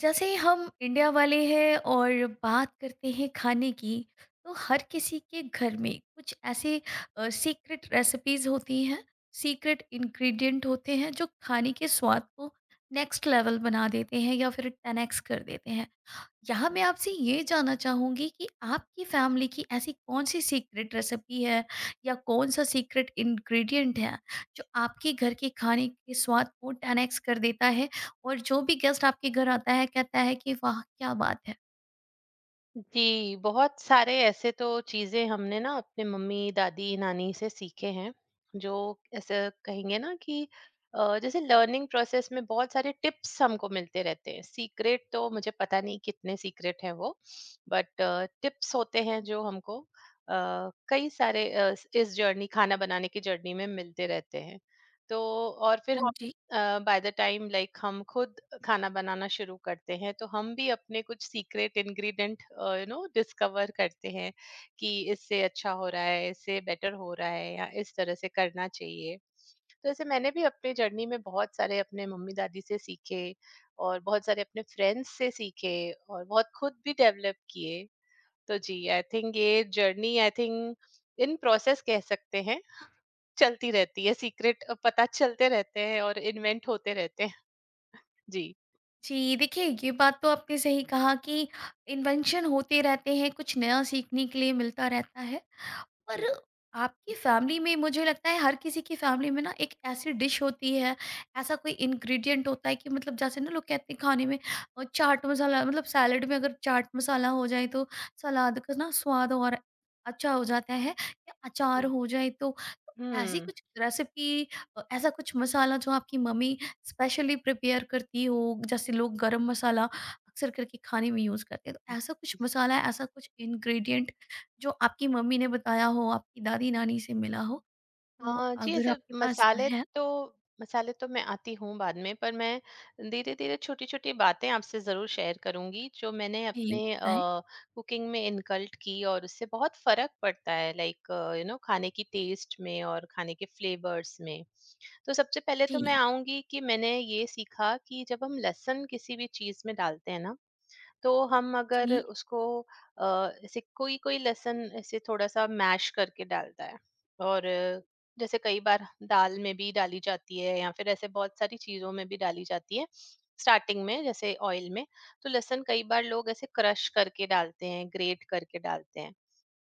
जैसे हम इंडिया वाले हैं और बात करते हैं खाने की तो हर किसी के घर में कुछ ऐसे सीक्रेट रेसिपीज होती हैं। सीक्रेट इंग्रेडिएंट होते हैं जो खाने के स्वाद को नेक्स्ट लेवल बना देते हैं या फिर 10x कर देते हैं। यहाँ मैं आपसे ये जानना चाहूँगी कि आपकी फैमिली की ऐसी कौन-सी सीक्रेट रेसिपी है या कौन-सा सीक्रेट इंग्रीडिएंट है, जो आपके घर के खाने के स्वाद को 10 एक्स कर देता है और जो भी गेस्ट आपके घर आता है कहता है कि वाह! क्या बात है? जी, बहुत सारे ऐसे तो चीज़ें हमने ना अपने मम्मी, दादी, नानी से सीखे हैं, जो ऐसे कहेंगे ना कि जैसे लर्निंग प्रोसेस में बहुत सारे टिप्स हमको मिलते रहते हैं। सीक्रेट तो मुझे पता नहीं कितने सीक्रेट हैं वो, बट टिप्स होते हैं जो हमको कई सारे इस जर्नी खाना बनाने की जर्नी में मिलते रहते हैं। तो और फिर हाँ हम जी। बाय द टाइम लाइक हम खुद खाना बनाना शुरू करते हैं तो हम भी अपने कुछ सीक्रेट इंग्रेडिएंट डिस्कवर करते हैं कि इससे अच्छा हो रहा है, इससे बेटर हो रहा है, या इस तरह से करना चाहिए। तो ऐसे मैंने भी अपने जर्नी में बहुत सारे अपने मम्मी दादी से सीखे, और बहुत सारे अपने फ्रेंड्स से सीखे, और बहुत खुद भी डेवलप किए। तो जी, आई थिंक ये journey, I think in process कह सकते हैं, चलती रहती है। सीक्रेट पता चलते रहते हैं और इन्वेंट होते रहते हैं। जी। जी, देखिए ये बात तो आपने सही कहा कि इन्वेंशन होते रहते हैं, कुछ नया सीखने के लिए मिलता रहता है। और आपकी फैमिली में मुझे लगता है हर किसी की फैमिली में ना एक ऐसी डिश होती है, ऐसा कोई इंग्रेडिएंट होता है कि मतलब जैसे ना लोग कहते हैं खाने में चाट मसाला मतलब सैलेड में अगर चाट मसाला हो जाए तो सलाद का ना स्वाद और अच्छा हो जाता है या अचार जी। हो जाए तो ऐसी हम्म। कुछ रेसिपी, ऐसा कुछ मसाला जो आपकी मम्मी स्पेशली प्रिपेयर करती हो। जैसे लोग गरम मसाला अक्सर करके खाने में यूज़ करते हैं तो ऐसा कुछ मसाला, ऐसा कुछ इंग्रेडिएंट जो आपकी मम्मी ने बताया हो, आपकी दादी-नानी से मिला हो, तो हाँ, जी, अगर ऐसे आपके पास है तो मसाले तो मैं आती हूँ बाद में, पर मैं धीरे-धीरे छोटी-छोटी बातें आपसे ज़रूर शेयर करूँगी, जो मैंने तो ये अपने बताएँ? कुकिंग में इनकल्ट की, और उससे बहुत फ़र्क पड़ता है लाइक खाने की टेस्ट में और खाने के फ्लेवर्स में। तो सबसे पहले तो मैं जी, आऊँगी कि मैंने ये सीखा कि जब हम लहसुन किसी भी चीज़ में डालते हैं ना, तो हम अगर जी, उसको ऐसे, कोई कोई लहसुन ऐसे थोड़ा सा मैश करके डालता है, और जैसे कई बार दाल में भी डाली जाती है या फिर ऐसे बहुत सारी चीजों में भी डाली जाती है, स्टार्टिंग में जैसे ऑयल में। तो लहसुन कई बार लोग ऐसे क्रश करके डालते हैं, ग्रेट करके डालते हैं।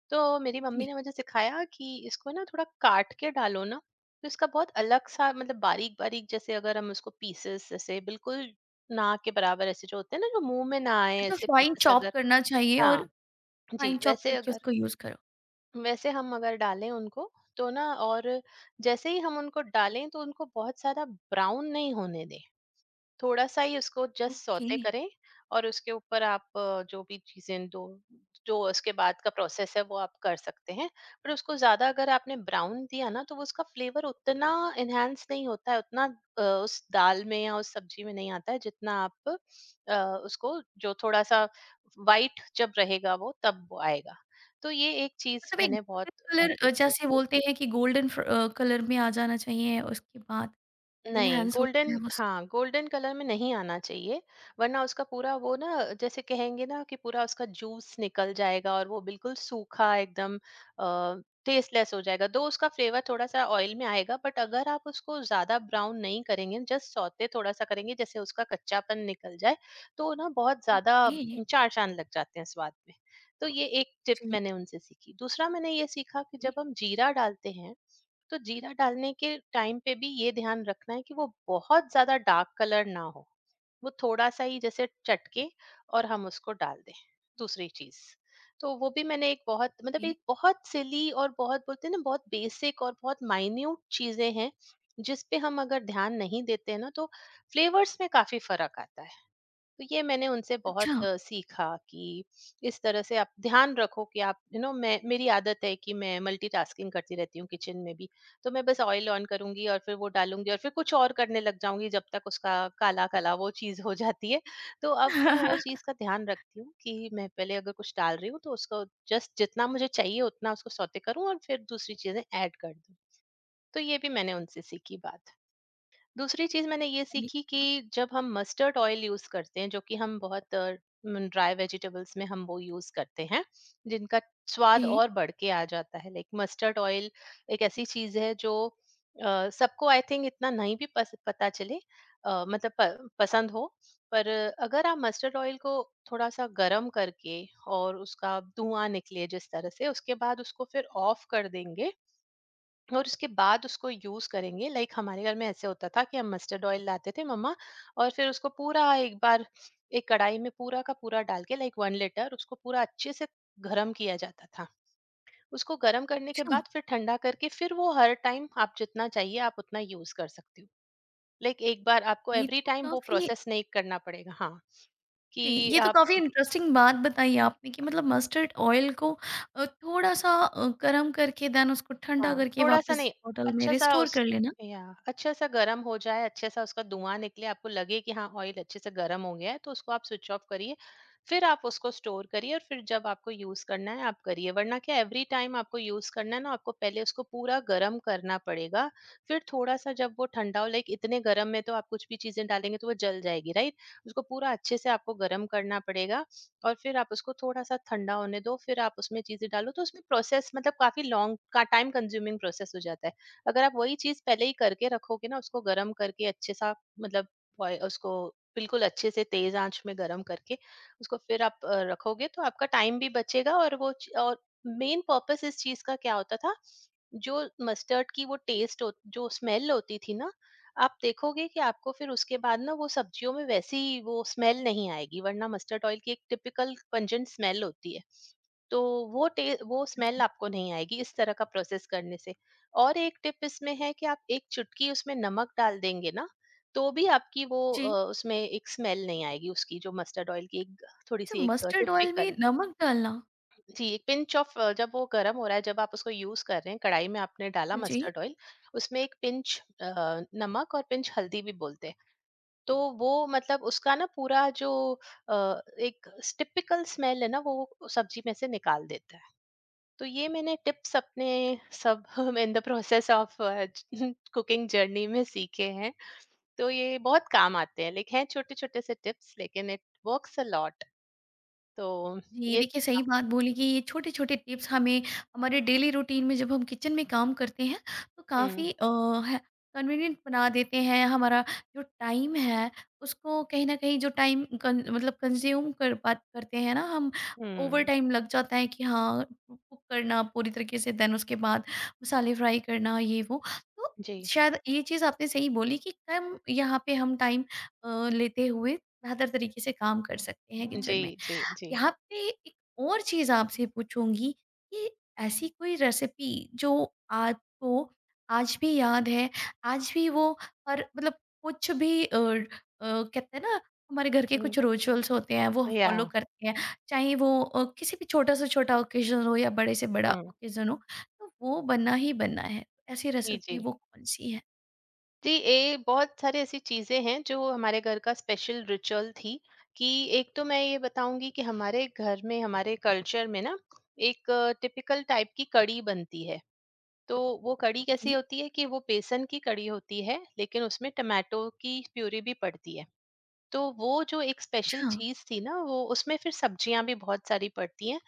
तो मेरी मम्मी जी। ने मुझे सिखाया कि इसको ना थोड़ा काट के डालो ना। तो इसका बहुत अलग सा, मतलब बारीक बारीक, जैसे अगर हम उसको पीसेस, जैसे बिल्कुल ना के बराबर, ऐसे जो होते हैं ना, जो मुंह में ना आए, मतलब ऐसे फाइन पीसेस चॉप अगर, करना चाहिए और हाँ। फाइन जी, चॉप करके उसको यूज़ करो। वैसे हम अगर डालें उनको, तो ना, और जैसे ही हम उनको डालें तो उनको बहुत ज्यादा ब्राउन नहीं होने दें। थोड़ा सा ही उसको जस्ट ओके, सौते करें, और उसके ऊपर आप जो भी चीजें दो, जो उसके बाद का प्रोसेस है वो आप कर सकते हैं। पर उसको ज्यादा अगर आपने ब्राउन दिया ना, तो वो उसका फ्लेवर उतना इनहेंस नहीं होता है, उतना उस दाल में या उस सब्जी में नहीं आता है, जितना आप अ, उसको, जो थोड़ा सा वाइट जब रहेगा वो, तब वो आएगा। तो ये एक चीज मतलब एक मैंने गोल्डन बहुत कलर, उनसे जैसे सीखी। बोलते हैं कि गोल्डन कलर में आ जाना चाहिए, उसके बाद नहीं, एनहांस गोल्डन, होता है वो सब। हाँ, गोल्डन कलर में नहीं आना चाहिए, वरना उसका पूरा वो, ना जैसे कहेंगे ना कि पूरा उसका जूस निकल जाएगा और वो बिल्कुल सूखा, एकदम टेस्टलेस हो जाएगा। दो उसका फ्लेवर थोड़ा-सा ऑयल में आएगा, बट अगर आप उसको ज़्यादा ब्राउन नहीं करेंगे, जस्ट सौते थोड़ा-सा करेंगे, जैसे उसका कच्चापन निकल जाए, तो ना, बहुत ज़्यादा ओके, जी, चार चाँद लग जाते हैं स्वाद में। तो ये एक टिप मैंने उनसे सीखी। दूसरा मैंने ये सीखा कि जब जी, हम जीरा डालते हैं, तो जीरा डालने के टाइम पे भी ये ध्यान रखना है कि वो बहुत ज्यादा डार्क कलर ना हो। वो थोड़ा सा ही जैसे चटके, और हम उसको डाल दें। दूसरी चीज, तो वो भी मैंने एक बहुत, मतलब जी। एक बहुत सिली, और बहुत, बोलते हैं ना, बहुत बेसिक और बहुत माइन्यूट चीजें हैं, जिस पे हम अगर ध्यान नहीं देते हैं ना, तो फ्लेवर्स में काफी फर्क आता है। तो ये मैंने उनसे बहुत अच्छा। सीखा कि इस तरह से आप ध्यान रखो कि आप, मैं, मेरी आदत है कि मैं मल्टीटास्किंग करती रहती हूँ किचन में भी। तो मैं बस ऑयल ऑन करूंगी और फिर वो डालूंगी और फिर कुछ और करने लग जाऊंगी, जब तक उसका काला काला वो चीज हो जाती है। तो अब मैं वो चीज का ध्यान रखती हूँ कि मैं पहले अगर कुछ डाल रही हूँ, तो उसको जस्ट जितना मुझे चाहिए उतना उसको सौते करूँ और फिर दूसरी चीजें ऐड कर दूँ। तो ये भी मैंने उनसे सीखी बात। दूसरी चीज़ मैंने ये अरे! सीखी कि जब हम मस्टर्ड ऑयल यूज़ करते हैं, जो कि हम बहुत ड्राई वेजिटेबल्स में हम वो यूज़ करते हैं, जिनका जी, स्वाद और बढ़ के आ जाता है। लाइक मस्टर्ड ऑयल एक ऐसी चीज़ है जो सबको आई थिंक इतना नहीं भी पस पता चले, मतलब प पसंद हो, पर अगर आप मस्टर्ड ऑयल को थोड़ा-सा गरम करके और उसका धुआँ निकले जिस तरह से, उसके बाद उसको फिर ऑफ कर देंगे, और उसके बाद उसको यूज करेंगे, लाइक हमारे घर में ऐसे होता था कि हम मस्टर्ड ऑयल लाते थे मम्मा, और फिर उसको पूरा एक बार, एक कढ़ाई में पूरा का पूरा डाल के, लाइक 1 लीटर, उसको पूरा अच्छे से गरम किया जाता था। उसको गरम करने के अच्छा, बाद फिर ठंडा करके, फिर वो हर टाइम आप जितना चाहिए आप उतना यूज कर सकते हो। लाइक एक बार, आपको ये एवरी तो टाइम वो काफ़ी, प्रोसेस नहीं करना पड़ेगा, हाँ, जी, कि ये तो आप, काफ़ी इंटरेस्टिंग बात बताई आपने कि मतलब मस्टर्ड ऑयल को थोड़ा-सा गरम करके देन उसको ठंडा हाँ, करके थोड़ा-सा वापस नहीं, बॉटल में अच्छा-सा रिस्टोर उस, कर लेना। या अच्छा-सा गरम हो जाए, अच्छा-सा उसका धुआँ निकले, आपको लगे कि हाँ, ऑयल अच्छे से गरम हो गया है, तो उसको आप स्विच ऑफ करिए। फिर आप उसको स्टोर करिए और फिर जब आपको यूज़ करना है, आप करिए। वरना क्या है, एवरी टाइम आपको यूज़ करना है ना, आपको पहले उसको पूरा गरम करना पड़ेगा, फिर थोड़ा-सा जब वो ठंडा हो, लाइक इतने गरम में तो आप कुछ भी चीज़ें डालेंगे, तो वो जल जाएगी, राइट? उसको पूरा अच्छे से आपको गरम करना पड़ेगा, और फिर आप उसको थोड़ा-सा ठंडा होने दो, फिर आप उसमें चीज़ें डालो, तो उसमें प्रोसेस, मतलब काफ़ी लॉन्ग का, टाइम कंज्यूमिंग प्रोसेस हो जाता है। अगर आप वही चीज़ पहले ही करके रखोगे ना, उसको गरम करके, अच्छे-सा मतलब, बॉय उसको बिल्कुल अच्छे से तेज़ आँच में गरम करके, उसको फिर आप रखोगे, तो आपका टाइम भी बचेगा, और वो च और, मेन पर्पस इस चीज़ का क्या होता था, जो मस्टर्ड की वो टेस्ट हो, जो स्मेल होती थी ना, आप देखोगे कि आपको फिर उसके बाद ना वो सब्जियों में वैसी वो स्मेल नहीं आएगी, वरना मस्टर्ड ऑयल की एक टिपिकल पंजेंट स्मेल होती है। तो वो टे वो स्मेल जी। आपको नहीं आएगी इस तरह का प्रोसेस करने से। और एक टिप इसमें है कि आप एक चुटकी उसमें नमक डाल देंगे ना, तो भी आपकी वो जी, उसमें एक स्मेल नहीं आएगी उसकी, जो मस्टर्ड ऑयल की एक थोड़ी अच्छा सी, एक मस्टर्ड ऑयल में टिपिकल। नमक डालना? जी, एक पिंच ऑफ, जब वो गर्म हो रहा है, जब आप उसको यूज कर रहे हैं, कढ़ाई में आपने डाला जी। मस्टर्ड ऑयल, उसमें एक पिंच नमक, और पिंच हल्दी भी बोलते हैं, तो वो मतलब उसका ना पूरा जो एक टिपिकल स्मेल है ना, वो सब्जी में से निकाल देता है। तो ये मैंने टिप्स अपने सब in the process of cooking journey में सीखे हैं। तो ये बहुत काम आते हैं, लाइक हैं छोटे छोटे से टिप्स, लेकिन इट वर्क्स अ लॉट। तो जी, ये। देखिए सही बात बोली कि ये छोटे-छोटे टिप्स हमें हमारे डेली रूटीन में जब हम किचन में काम करते हैं तो हम्म। काफ़ी अ, ह कन्वीनिएंट बना देते हैं। हमारा जो टाइम है उसको कहीं न कहीं जो टाइम कन मतलब कंज़्यूम कर पात करते हैं ना हम। ओवर हम्म। टाइम लग जाता है कि हाँ, कुक करना पूरी तरीके से देन उसके बाद मसाले फ्राई करना ये वो। तो जी। शायद ये चीज़ आपने सही बोली कि कम यहाँ पे हम टाइम लेते हुए बेहतर तरीके से काम कर सकते हैं किचन जी, में। जी, जी। यहाँ पे एक और चीज़ आपसे पूछूँगी कि ऐसी कोई रेसिपी जो आपको आज भी याद है, आज भी वो, और मतलब कुछ भी कहते हैं ना हमारे घर के कुछ हुँ। रिचुअल्स होते हैं वो या। फॉलो करते हैं, चाहे वो किसी भी छोटा से छोटा ओकेज़न हो या बड़े से बड़ा हुँ, ओकेज़न हो, तो वो बनना ही बनना है। ऐसी जी, रेसिपी जी। वो कौन-सी है? जी, ये बहुत सारी ऐसी चीज़ें हैं जो हमारे घर का स्पेशल रिचुअल थी, कि एक तो मैं ये बताऊँगी कि हमारे घर में, हमारे कल्चर में ना, एक टिपिकल टाइप की कढ़ी बनती है। तो वो कढ़ी कैसी ओके, होती है कि वो बेसन की कढ़ी होती है, लेकिन उसमें टोमेटो की प्यूरी भी पड़ती है। तो वो जो एक स्पेशल अच्छा। चीज़ थी ना, वो उसमें फिर सब्जियाँ भी बहुत सारी पड़ती हैं।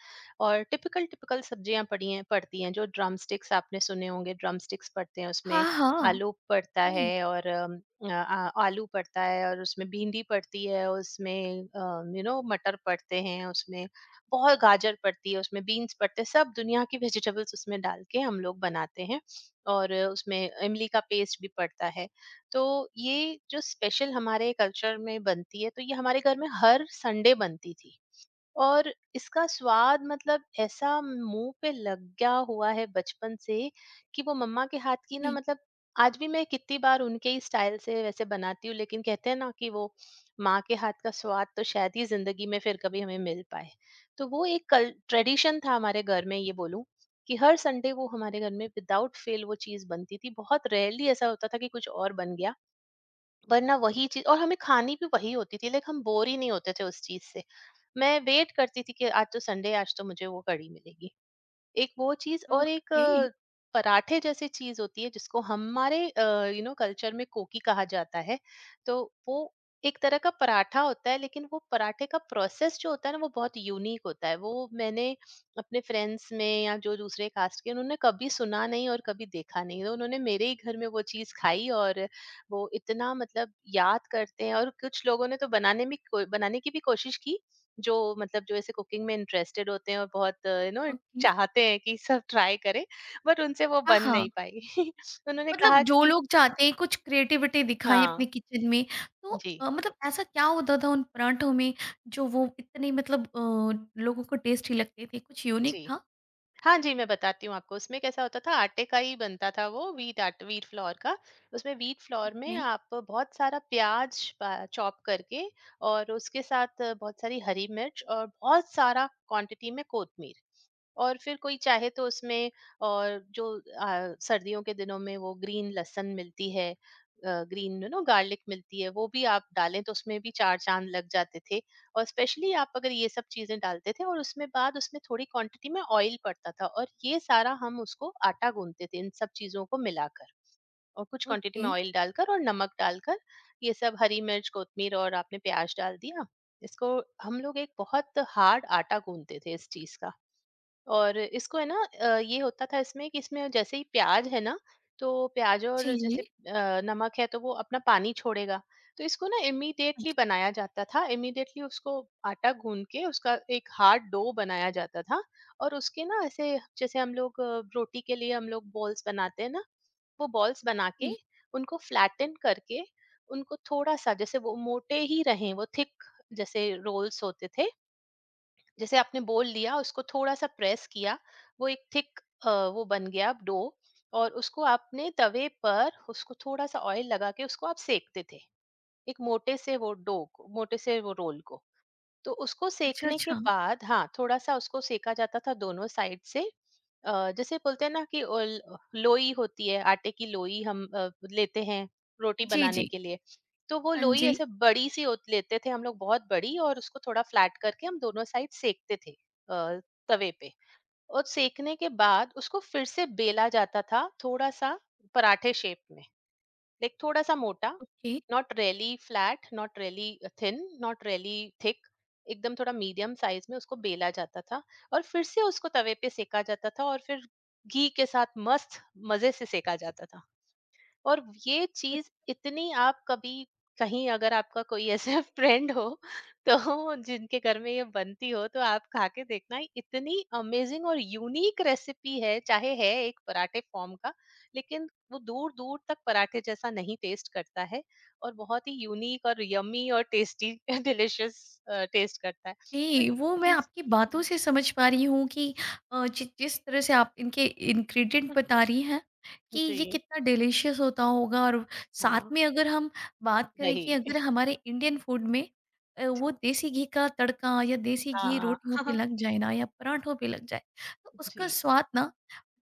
और टिपिकल टिपिकल सब्जियाँ पड़ी हैं पड़ती हैं, जो ड्रमस्टिक्स, आपने सुने होंगे, ड्रमस्टिक्स पड़ते हैं हाँ, उसमें, हाँ। आलू पड़ता जी, है और आ, आ- आलू पड़ता है, और उसमें भिंडी पड़ती है, उसमें मटर पड़ते हैं उसमें, बहुत गाजर पड़ती है, उसमें बीन्स पड़ते हैं, सब दुनिया की वेजिटेबल्स उसमें डाल के हम लोग बनाते हैं। और उसमें इमली का पेस्ट भी पड़ता है। तो ये जो स्पेशल हमारे कल्चर में बनती है, तो ये हमारे घर में हर संडे बनती थी, और इसका स्वाद, मतलब ऐसा मुंह पे लग गया हुआ है बचपन से, कि वो मम्मा के हाथ की ना, जी। मतलब आज भी मैं कितनी बार उनके ही स्टाइल से वैसे बनाती हूँ, लेकिन कहते हैं ना कि वो, माँ के हाथ का स्वाद तो शायद ही जिंदगी में फिर कभी हमें मिल पाए। तो वो एक कल ट्रेडिशन था हमारे घर में, ये बोलूँ, कि हर संडे वो हमारे घर में विदाउट फेल वो चीज़ बनती थी। बहुत रेयरली ऐसा होता था कि कुछ और बन गया, वरना वही चीज और हमें खानी भी वही होती थी, लाइक हम बोर ही नहीं होते थे उस चीज से। मैं वेट करती थी कि आज तो संडे, आज तो मुझे वो कड़ी मिलेगी। एक वो चीज़, और एक ओके, पराठे जैसी चीज़ होती है, जिसको हमारे कल्चर में कोकी कहा जाता है। तो वो एक तरह का पराठा होता है लेकिन वो पराठे का प्रोसेस जो होता है ना वो बहुत यूनिक होता है। वो मैंने अपने फ्रेंड्स में या जो दूसरे कास्ट के उन्होंने कभी सुना नहीं और कभी देखा नहीं। तो उन्होंने मेरे ही घर में वो चीज़ खाई और वो इतना मतलब याद करते हैं और कुछ लोगों ने तो बनाने में को बनाने की भी कोशिश की, जो मतलब जो ऐसे कुकिंग में इंटरेस्टेड होते हैं और बहुत यू नो ओके। चाहते हैं कि सब ट्राई करें, बट उनसे वो हाँ, बन नहीं हाँ। पाई। उन्होंने मतलब कहा जो कि लोग चाहते हैं कुछ क्रिएटिविटी दिखाएँ हाँ, अपने किचन में, तो जी, मतलब ऐसा क्या होता था उन पराठों में जो वो इतने मतलब लोगों को टेस्टी लगते थे? कुछ यूनिक जी। था? हाँ जी, मैं बताती हूँ आपको। उसमें कैसा होता था आटे का ही बनता था वो व्हीट फ्लोर का। उसमें व्हीट फ्लोर में ओके, आप बहुत सारा प्याज़ प चॉप करके और उसके साथ बहुत सारी हरी मिर्च और बहुत सारा क्वांटिटी में कोतमीर और फिर कोई चाहे तो उसमें और जो सर्दियों के दिनों में वो ग्रीन लहसुन मिलती है ग्रीन यू नो गार्लिक मिलती है वो भी आप डालें तो उसमें भी चार चांद लग जाते थे। और स्पेशली आप अगर ये सब चीजें डालते थे और उसमें बाद उसमें थोड़ी क्वांटिटी में ऑयल पड़ता था और ये सारा हम उसको आटा गूंथते थे इन सब चीजों को मिलाकर और कुछ क्वांटिटी ओके। में ऑयल डालकर और नमक डालकर ये सब हरी मिर्च कोतमीर और आपने प्याज डाल दिया। इसको हम लोग एक बहुत हार्ड आटा गूंथते थे इस चीज का। और इसको है ना ये होता था इसमें कि इसमें जैसे ही प्याज है ना तो प्याज जी, और जी। जैसे नमक है तो वो अपना पानी छोड़ेगा। तो इसको ना हाँ इमीडिएटली जी। बनाया जाता था, इमीडिएटली उसको आटा गूंद के उसका एक हार्ड डो बनाया जाता था। और उसके ना ऐसे जैसे हम लोग रोटी के लिए हम लोग बॉल्स बनाते हैं ना वो बॉल्स बना के जी। उनको फ्लैटन करके उनको थोड़ा सा जैसे वो मोटे ही रहें, वो थिक जैसे रोल्स होते थे, जैसे आपने बोल लिया उसको थोड़ा सा प्रेस किया वो एक थिक वो बन गया डो। और उसको आपने तवे पर उसको थोड़ा सा ऑयल लगा के उसको आप सेकते थे, एक मोटे से वो डो को मोटे से वो रोल को। तो उसको अच्छा, सेकने के अच्छा। बाद हाँ, थोड़ा-सा उसको सेका जाता था दोनों साइड से। जैसे बोलते हैं ना कि ओल लोई होती है, आटे की लोई हम लेते हैं रोटी जी, बनाने जी। के लिए। तो वो हाँ लोई जी। ऐसे बड़ी-सी होत लेते थे हम लोग बहुत बड़ी और उसको थोड़ा फ्लैट करके हम दोनों साइड सेकते थे तवे पे। और सेकने के बाद उसको फिर से बेला जाता था थोड़ा-सा पराठे शेप में। लाइक थोड़ा सा मोटा, okay. Not really flat, not really thin, not really thick, एकदम थोड़ा मीडियम साइज में उसको बेला जाता था। और फिर से उसको तवे पे सेका जाता था और फिर घी के साथ मस्त मजे से सेका जाता था। और ये चीज इतनी, आप कभी कहीं अगर आपका कोई ऐसा फ्रेंड हो तो जिनके घर में ये बनती हो तो आप खा के देखना, इतनी अमेजिंग और यूनिक रेसिपी है, चाहे है एक पराठे फॉर्म का लेकिन वो दूर दूर तक पराठे जैसा नहीं टेस्ट करता है। और बहुत ही यूनिक और यमी और टेस्टी डिलिशियस टेस्ट करता है। तो ये जी, वो मैं चीज। आपकी बातों से समझ पा रही हूँ कि अ, जि जिस तरह से आप इनके इंग्रीडिएंट बता रही हैं कि ये जी। कितना डिलीशियस होता होगा। और साथ हाँ, में अगर हम बात करें कि दही। अगर हमारे इंडियन फूड में वो देसी घी का तड़का या देसी घी हाँ। रोटियों पे लग जाए ना या पराठों पे लग जाए, तो उसका जी। स्वाद ना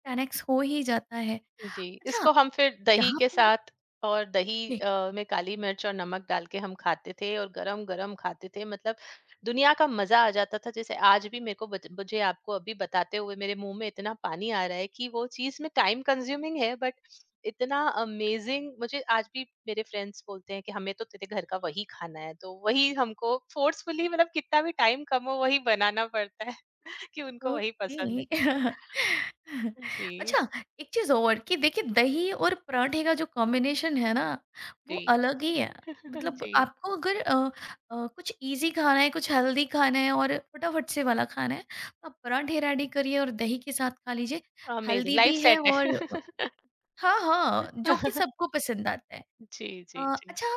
10 एक्स हो ही जाता है। जी, अच्छा, इसको हम फिर दही यहाँ के पे साथ और दही में काली मिर्च और नमक डाल के हम खाते थे और गरम गरम खाते थे, मतलब दुनिया का मजा आ जाता था। जैसे आज भी मेरे को मुझे आपको अभी बताते हुए मेरे मुंह में इतना पानी आ रहा है कि वो चीज में टाइम कंज्यूमिंग है बट इतना अमेजिंग। मुझे आज भी मेरे फ्रेंड्स बोलते हैं कि हमें तो तेरे घर का वही खाना है, तो वही हमको फोर्सफुली मतलब कितना भी टाइम कम हो वही बनाना पड़ता है। कि उनको वही पसंद ओके। है। जी। अच्छा, एक चीज और कि देखिए दही और पराठे का जो कॉम्बिनेशन है ना वो जी। अलग ही है। मतलब जी। आपको अगर कुछ इजी खाना है, कुछ हेल्दी खाना है और फटाफट से वाला खाना है तो आप पराठे रेडी करिए और दही के साथ खा लीजिए। अमेज़िंग हेल्दी लाइफ़ भी है सेट और है। हाँ हाँ जो कि सबको पसंद आता है। जी, अ, जी, जी। अच्छा,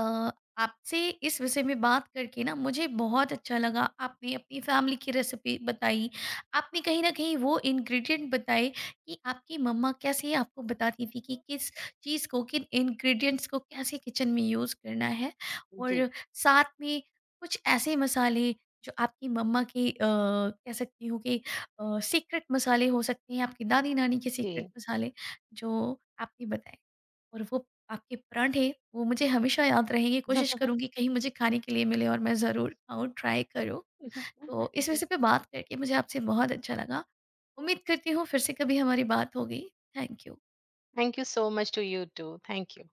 अ, आपसे इस विषय में बात करके ना मुझे बहुत अच्छा लगा। आपने अपनी फैमिली की रेसिपी बताई, आपने कहीं न कहीं वो इंग्रीडिएंट बताए कि आपकी मम्मा कैसे आपको बताती थी कि किस चीज़ को, किन इंग्रीडिएंट्स को कैसे किचन में यूज़ करना है, जी, और साथ में कुछ ऐसे मसाले जो आपकी मम्मा के, कह सकती हूँ कि सीक्रेट मसाले हो सकते हैं, आपकी दादी-नानी के जी। सीक्रेट मसाले जो आपने बताए। और वो आपके परांठे वो मुझे हमेशा याद रहेंगे। कोशिश करूँगी कहीं मुझे खाने के लिए मिले और मैं ज़रूर खाऊँ, ट्राई करूँ। तो इस जी। विषय पे बात करके मुझे आपसे बहुत अच्छा लगा। उम्मीद करती हूँ फिर से कभी हमारी बात होगी। Thank you. Thank you so much to you too. Thank you.